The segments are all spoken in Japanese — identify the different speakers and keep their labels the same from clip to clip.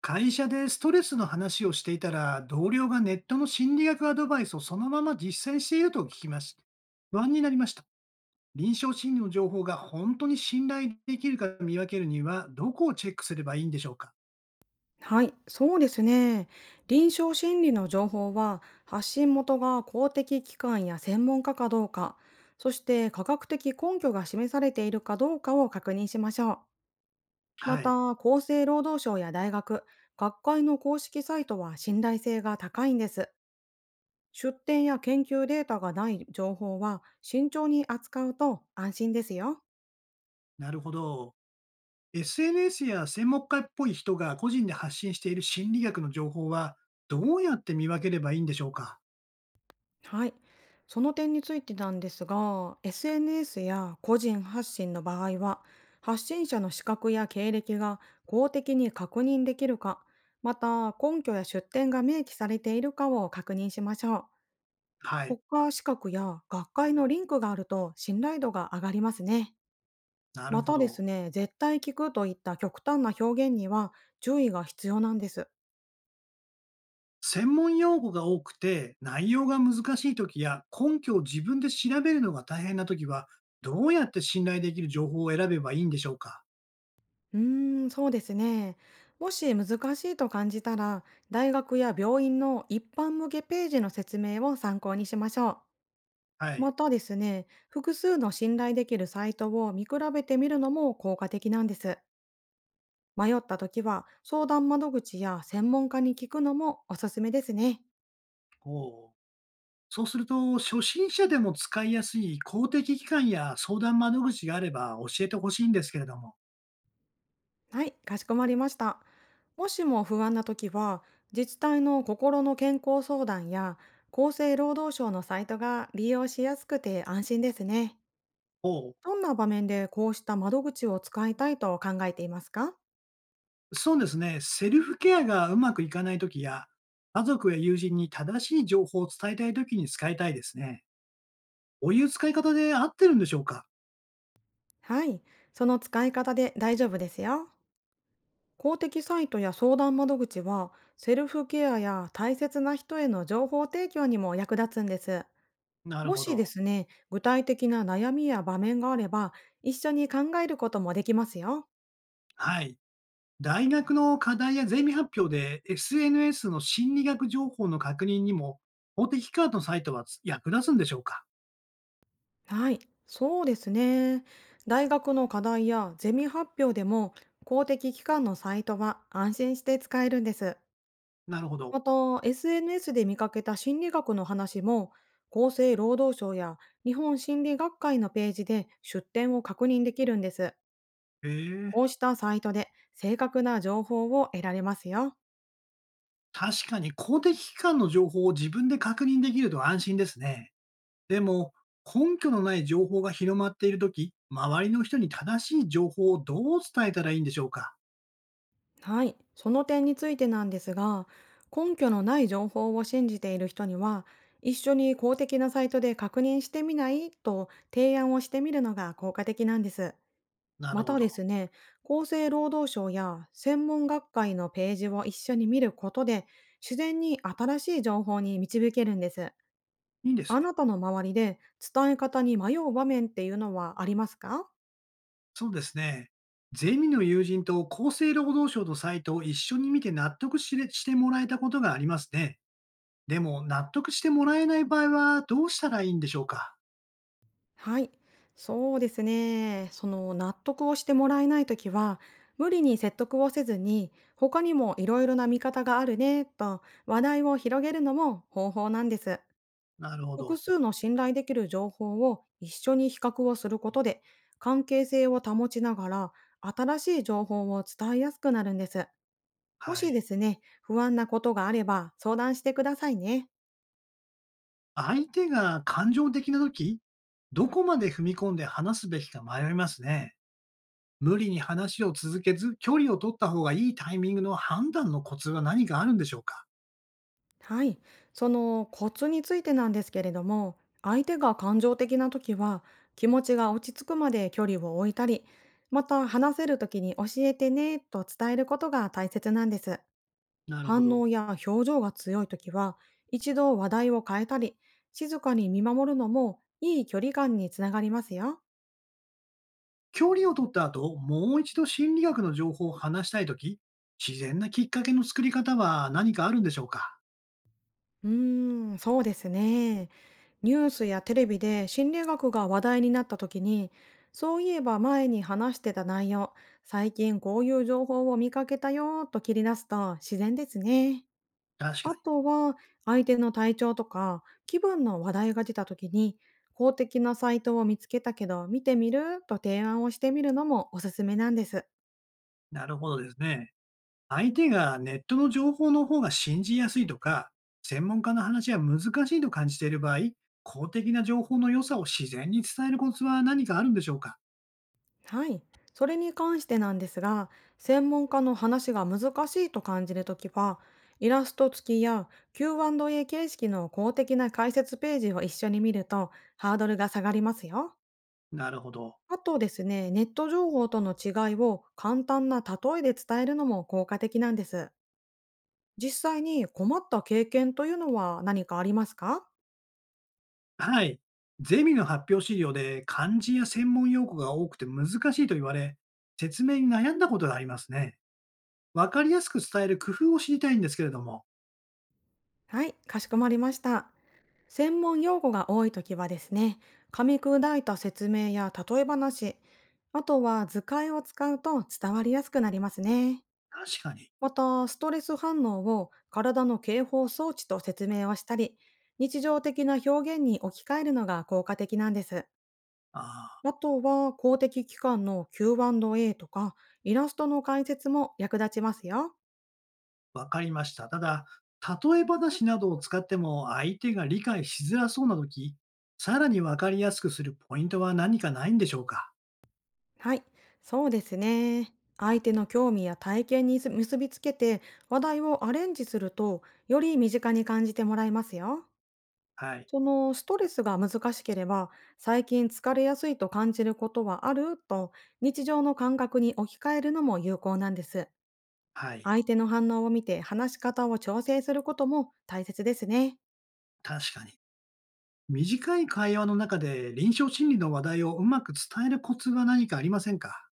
Speaker 1: 会社でストレスの話をしていたら、同僚がネットの心理学アドバイスをそのまま実践していると聞きました。不安になりました。臨床心理の情報が本当に信頼できるか見分けるには、どこをチェックすればいいんでしょうか？
Speaker 2: はい、そうですね。臨床心理の情報は、発信元が公的機関や専門家かどうか、そして科学的根拠が示されているかどうかを確認しましょう。ま
Speaker 1: はい。
Speaker 2: た、厚生労働省や大学、学会の公式サイトは信頼性が高いんです。出典や研究データがない情報は慎重に扱うと安心ですよ。
Speaker 1: なるほど。SNS や専門家っぽい人が個人で発信している心理学の情報は、どうやって見分ければいいんでしょうか？
Speaker 2: はい。その点についてなんですが、SNS や個人発信の場合は、発信者の資格や経歴が公的に確認できるか、また根拠や出典が明記されているかを確認しましょう。
Speaker 1: はい。
Speaker 2: 国家資格や学会のリンクがあると信頼度が上がりますね。
Speaker 1: なる
Speaker 2: ま
Speaker 1: ほ
Speaker 2: たで
Speaker 1: ど。
Speaker 2: すね、絶対聞くといった極端な表現には注意が必要なんです。
Speaker 1: 専門用語が多くて内容が難しい時や根拠を自分で調べるのが大変な時は、どうやって信頼できる情報を選べばいいんでしょうか？
Speaker 2: うーん、そうですね。もし難しいと感じたら、大学や病院の一般向けページの説明を参考にしましょう。
Speaker 1: はい。
Speaker 2: またですね、複数の信頼できるサイトを見比べてみるのも効果的なんです。迷った時は相談窓口や専門家に聞くのもおすすめですね。
Speaker 1: おう。そうすると初心者でも使いやすい公的機関や相談窓口があれば教えてほしいんですけれども。
Speaker 2: はい、かしこまりました。もしも不安な時は、自治体の心の健康相談や厚生労働省のサイトが利用しやすくて安心ですね。
Speaker 1: おう。
Speaker 2: どんな場面でこうした窓口を使いたいと考えていますか？
Speaker 1: そうですね。セルフケアがうまくいかない時や家族や友人に正しい情報を伝えたい時に使いたいですね。こういう使い方で合ってるんでしょうか？
Speaker 2: はい。その使い方で大丈夫ですよ。公的サイトや相談窓口は、セルフケアや大切な人への情報提供にも役立つんです。
Speaker 1: なる
Speaker 2: も
Speaker 1: ほ
Speaker 2: しで
Speaker 1: ど。
Speaker 2: すね、具体的な悩みや場面があれば、一緒に考えることもできますよ。
Speaker 1: はい。大学の課題やゼミ発表で SNS の心理学情報の確認にも公的機関のサイトは役立つんでしょうか？
Speaker 2: はい。そうですね。大学の課題やゼミ発表でも、公的機関のサイトは安心して使えるんです。
Speaker 1: なるほど。
Speaker 2: また、SNS で見かけた心理学の話も、厚生労働省や日本心理学会のページで出典を確認できるんです。
Speaker 1: へえ。
Speaker 2: こうしたサイトで正確な情報を得られますよ。
Speaker 1: 確かに公的機関の情報を自分で確認できると安心ですね。でも、根拠のない情報が広まっているとき、周りの人に正しい情報をどう伝えたらいいんでしょうか？
Speaker 2: はい、その点についてなんですが、根拠のない情報を信じている人には、一緒に公的なサイトで確認してみないと提案をしてみるのが効果的なんです。
Speaker 1: なる
Speaker 2: ま
Speaker 1: ほ
Speaker 2: たで
Speaker 1: ど。
Speaker 2: すね、厚生労働省や専門学会のページを一緒に見ることで、自然に新しい情報に導けるんです。
Speaker 1: いいです
Speaker 2: あ
Speaker 1: ね。
Speaker 2: なたの周りで伝え方に迷う場面っていうのはありますか？
Speaker 1: そうですね。ゼミの友人と厚生労働省のサイトを一緒に見て納得しれしてもらえたことがありますね。でも、納得してもらえない場合はどうしたらいいんでしょうか。
Speaker 2: はい。そうですね。その納得をしてもらえないときは、無理に説得をせずに、他にもいろいろな見方があるね、と話題を広げるのも方法なんです。
Speaker 1: なるほ
Speaker 2: 複
Speaker 1: ど。
Speaker 2: 数の信頼できる情報を一緒に比較をすることで、関係性を保ちながら、新しい情報を伝えやすくなるんです。も
Speaker 1: は
Speaker 2: し
Speaker 1: い。
Speaker 2: ですね、不安なことがあれば相談してくださいね。
Speaker 1: 相手が感情的な時、どこまで踏み込んで話すべきか迷いますね。無理に話を続けず、距離を取った方がいいタイミングの判断のコツは何かあるんでしょうか？
Speaker 2: はい。そのコツについてなんですけれども、相手が感情的な時は、気持ちが落ち着くまで距離を置いたり、また話せる時に教えてねと伝えることが大切なんです。
Speaker 1: なるほ
Speaker 2: 反
Speaker 1: ど。
Speaker 2: 応や表情が強い時は、一度話題を変えたり、静かに見守るのもいい距離感につながりますよ。
Speaker 1: 距離を取った後、もう一度心理学の情報を話したいとき、自然なきっかけの作り方は何かあるんでしょうか？
Speaker 2: うーん、そうですね。ニュースやテレビで心理学が話題になった時に、そういえば前に話してた内容、最近こういう情報を見かけたよーと切り出すと自然ですね。
Speaker 1: 確
Speaker 2: あ
Speaker 1: かに。
Speaker 2: とは、相手の体調とか気分の話題が出た時に、公的なサイトを見つけたけど見てみると提案をしてみるのもおすすめなんです。
Speaker 1: なるほどですね。相手がネットの情報の方が信じやすいとか、専門家の話は難しいと感じている場合、公的な情報の良さを自然に伝えるコツは何かあるんでしょうか？
Speaker 2: はい。それに関してなんですが、専門家の話が難しいと感じるときは、イラスト付きや Q&A 形式の公的な解説ページを一緒に見るとハードルが下がりますよ。
Speaker 1: なるほど。
Speaker 2: あとですね、ネット情報との違いを簡単な例えで伝えるのも効果的なんです。実際に困った経験というのは何かありますか？
Speaker 1: はい。ゼミの発表資料で漢字や専門用語が多くて難しいと言われ、説明に悩んだことがありますね。わかりやすく伝える工夫を知りたいんですけれども。
Speaker 2: はい、かしこまりました。専門用語が多いときはですね、噛み砕いた説明や例え話、あとは図解を使うと伝わりやすくなりますね。
Speaker 1: 確かに。
Speaker 2: また、ストレス反応を体の警報装置と説明をしたり、日常的な表現に置き換えるのが効果的なんです。
Speaker 1: ああ。
Speaker 2: あとは公的機関の Q&A とかイラストの解説も役立ちますよ。
Speaker 1: わかりました。ただ、例え話などを使っても相手が理解しづらそうなとき、さらにわかりやすくするポイントは何かないんでしょうか？
Speaker 2: はい、そうですね。相手の興味や体験に結びつけて話題をアレンジすると、より身近に感じてもらえますよ。
Speaker 1: はい。
Speaker 2: そのストレスが難しければ、最近疲れやすいと感じることはあると日常の感覚に置き換えるのも有効なんです。
Speaker 1: はい。
Speaker 2: 相手の反応を見て話し方を調整することも大切ですね。
Speaker 1: 確かに。短い会話の中で臨床心理の話題をうまく伝えるコツは何かありませんか？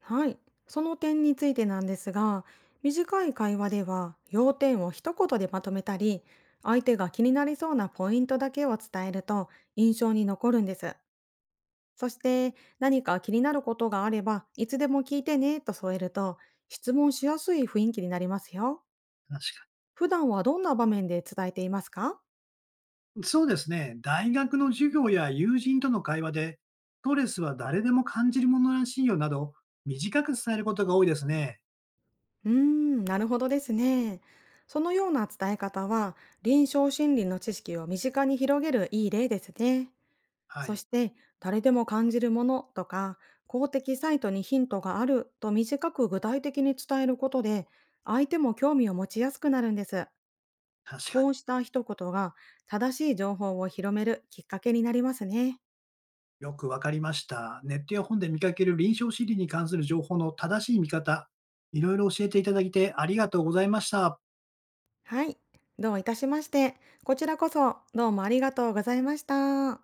Speaker 2: はい。その点についてなんですが、短い会話では要点を一言でまとめたり、相手が気になりそうなポイントだけを伝えると印象に残るんです。そして何か気になることがあればいつでも聞いてねと添えると、質問しやすい雰囲気になりますよ。
Speaker 1: 確か
Speaker 2: 普段はどんな場面で伝えていますか？
Speaker 1: に。そうですね。大学の授業や友人との会話で、ストレスは誰でも感じるものらしいよなど、短く伝えることが多いですね。
Speaker 2: うーん、なるほどですね。そのような伝え方は臨床心理の知識を身近に広げるいい例ですね。
Speaker 1: は
Speaker 2: そ
Speaker 1: い。
Speaker 2: して、誰でも感じるものとか、公的サイトにヒントがあると短く具体的に伝えることで、相手も興味を持ちやすくなるんです。
Speaker 1: 確か
Speaker 2: こ
Speaker 1: に。
Speaker 2: うした一言が正しい情報を広めるきっかけになりますね。
Speaker 1: よくわかりました。ネットや本で見かける臨床心理に関する情報の正しい見方、いろいろ教えていただいてありがとうございました。
Speaker 2: はい。どういたしまして。こちらこそどうもありがとうございました。